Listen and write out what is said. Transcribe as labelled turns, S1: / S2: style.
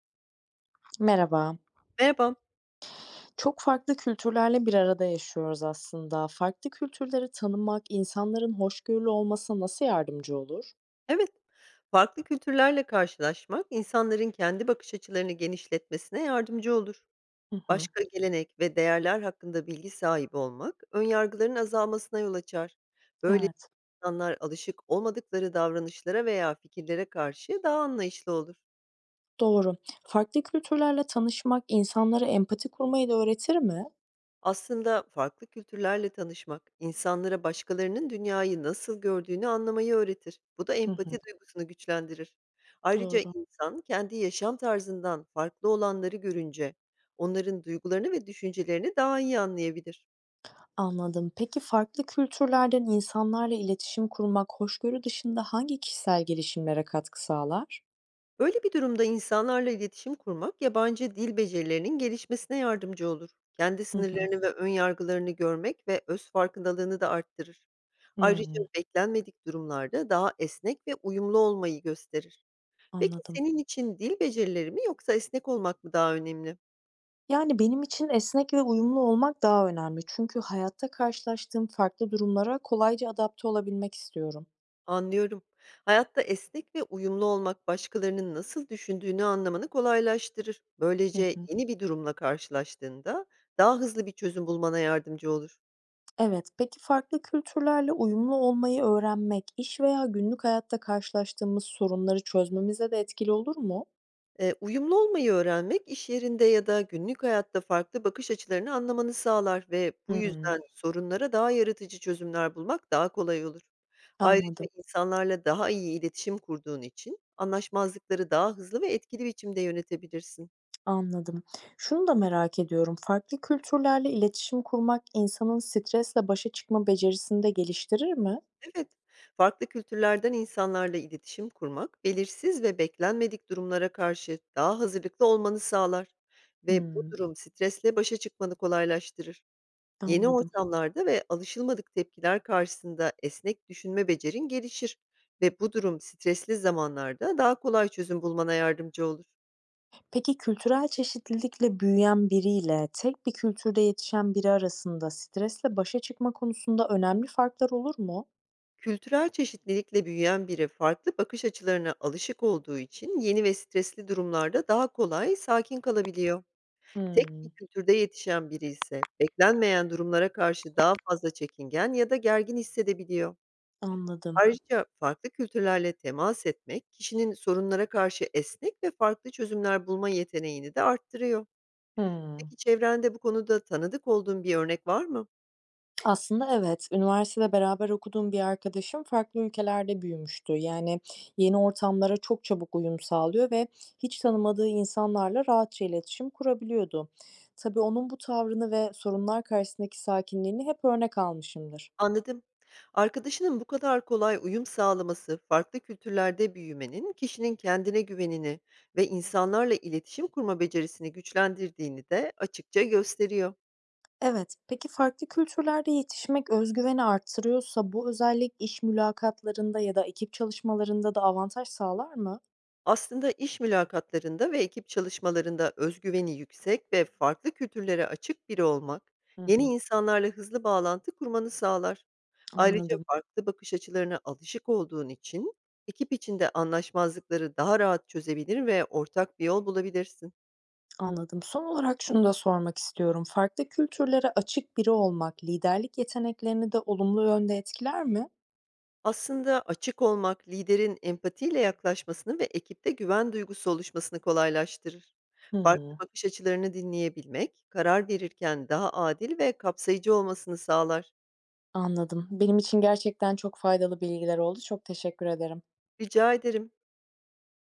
S1: Merhaba.
S2: Merhaba.
S1: Çok farklı kültürlerle bir arada yaşıyoruz aslında. Farklı kültürleri tanımak insanların hoşgörülü olmasına nasıl yardımcı olur?
S2: Evet, farklı kültürlerle karşılaşmak insanların kendi bakış açılarını genişletmesine yardımcı olur.
S1: Hı hı.
S2: Başka gelenek ve değerler hakkında bilgi sahibi olmak, önyargıların azalmasına yol açar. Böyle
S1: Evet,
S2: insanlar alışık olmadıkları davranışlara veya fikirlere karşı daha anlayışlı olur.
S1: doğru. Farklı kültürlerle tanışmak insanlara empati kurmayı da öğretir mi?
S2: Aslında farklı kültürlerle tanışmak, insanlara başkalarının dünyayı nasıl gördüğünü anlamayı öğretir. Bu da
S1: Hı hı.
S2: empati duygusunu güçlendirir. Ayrıca
S1: Doğru.
S2: insan kendi yaşam tarzından farklı olanları görünce onların duygularını ve düşüncelerini daha iyi anlayabilir.
S1: Anladım. Peki farklı kültürlerden insanlarla iletişim kurmak hoşgörü dışında hangi kişisel gelişimlere katkı sağlar?
S2: Böyle bir durumda insanlarla iletişim kurmak yabancı dil becerilerinin gelişmesine yardımcı olur. Kendi
S1: Hı hı.
S2: sınırlarını ve ön yargılarını görmek ve öz farkındalığını da arttırır. Ayrıca
S1: Hmm,
S2: beklenmedik durumlarda daha esnek ve uyumlu olmayı gösterir. Peki
S1: anladım.
S2: senin için dil becerileri mi yoksa esnek olmak mı daha önemli?
S1: Yani, benim için esnek ve uyumlu olmak daha önemli. Çünkü hayatta karşılaştığım farklı durumlara kolayca adapte olabilmek istiyorum.
S2: Anlıyorum. Hayatta esnek ve uyumlu olmak başkalarının nasıl düşündüğünü anlamanı kolaylaştırır.
S1: Hı
S2: Böylece
S1: hı.
S2: yeni bir durumla karşılaştığında daha hızlı bir çözüm bulmana yardımcı olur.
S1: Evet, peki farklı kültürlerle uyumlu olmayı öğrenmek, iş veya günlük hayatta karşılaştığımız sorunları çözmemize de etkili olur mu?
S2: Uyumlu olmayı öğrenmek, iş yerinde ya da günlük hayatta farklı bakış açılarını anlamanı sağlar ve bu
S1: Hımm.
S2: yüzden sorunlara daha yaratıcı çözümler bulmak daha kolay olur. Ayrıca
S1: Anladım,
S2: insanlarla daha iyi iletişim kurduğun için anlaşmazlıkları daha hızlı ve etkili biçimde yönetebilirsin.
S1: anladım. Şunu da merak ediyorum, farklı kültürlerle iletişim kurmak insanın stresle başa çıkma becerisini de geliştirir mi?
S2: Evet, farklı kültürlerden insanlarla iletişim kurmak, belirsiz ve beklenmedik durumlara karşı daha hazırlıklı olmanı sağlar ve bu
S1: Hımm,
S2: durum stresle başa çıkmanı kolaylaştırır. Yeni
S1: anladım.
S2: ortamlarda ve alışılmadık tepkiler karşısında esnek düşünme becerin gelişir ve bu durum stresli zamanlarda daha kolay çözüm bulmana yardımcı olur.
S1: Peki kültürel çeşitlilikle büyüyen biriyle tek bir kültürde yetişen biri arasında stresle başa çıkma konusunda önemli farklar olur mu?
S2: Kültürel çeşitlilikle büyüyen biri farklı bakış açılarına alışık olduğu için yeni ve stresli durumlarda daha kolay sakin kalabiliyor. Tek bir
S1: Hımm,
S2: kültürde yetişen biri ise beklenmeyen durumlara karşı daha fazla çekingen ya da gergin hissedebiliyor.
S1: anladım.
S2: Ayrıca farklı kültürlerle temas etmek, kişinin sorunlara karşı esnek ve farklı çözümler bulma yeteneğini de arttırıyor.
S1: Hımm.
S2: Peki çevrende bu konuda tanıdık olduğun bir örnek var mı?
S1: Aslında evet, üniversitede beraber okuduğum bir arkadaşım farklı ülkelerde büyümüştü. Yani yeni ortamlara çok çabuk uyum sağlıyor ve hiç tanımadığı insanlarla rahatça iletişim kurabiliyordu. Tabii onun bu tavrını ve sorunlar karşısındaki sakinliğini hep örnek almışımdır.
S2: Anladım. Arkadaşının bu kadar kolay uyum sağlaması, farklı kültürlerde büyümenin kişinin kendine güvenini ve insanlarla iletişim kurma becerisini güçlendirdiğini de açıkça gösteriyor.
S1: Evet, peki farklı kültürlerde yetişmek özgüveni artırıyorsa bu özellik iş mülakatlarında ya da ekip çalışmalarında da avantaj sağlar mı?
S2: Aslında iş mülakatlarında ve ekip çalışmalarında özgüveni yüksek ve farklı kültürlere açık biri olmak,
S1: Hı
S2: yeni
S1: hı.
S2: insanlarla hızlı bağlantı kurmanı sağlar. Ayrıca
S1: Anladım,
S2: farklı bakış açılarına alışık olduğun için ekip içinde anlaşmazlıkları daha rahat çözebilir ve ortak bir yol bulabilirsin.
S1: anladım. Son olarak şunu da sormak istiyorum. Farklı kültürlere açık biri olmak liderlik yeteneklerini de olumlu yönde etkiler mi?
S2: Aslında açık olmak liderin empatiyle yaklaşmasını ve ekipte güven duygusu oluşmasını kolaylaştırır.
S1: Hmm.
S2: Farklı bakış açılarını dinleyebilmek, karar verirken daha adil ve kapsayıcı olmasını sağlar.
S1: Anladım. Benim için gerçekten çok faydalı bilgiler oldu. Çok teşekkür ederim.
S2: Rica ederim.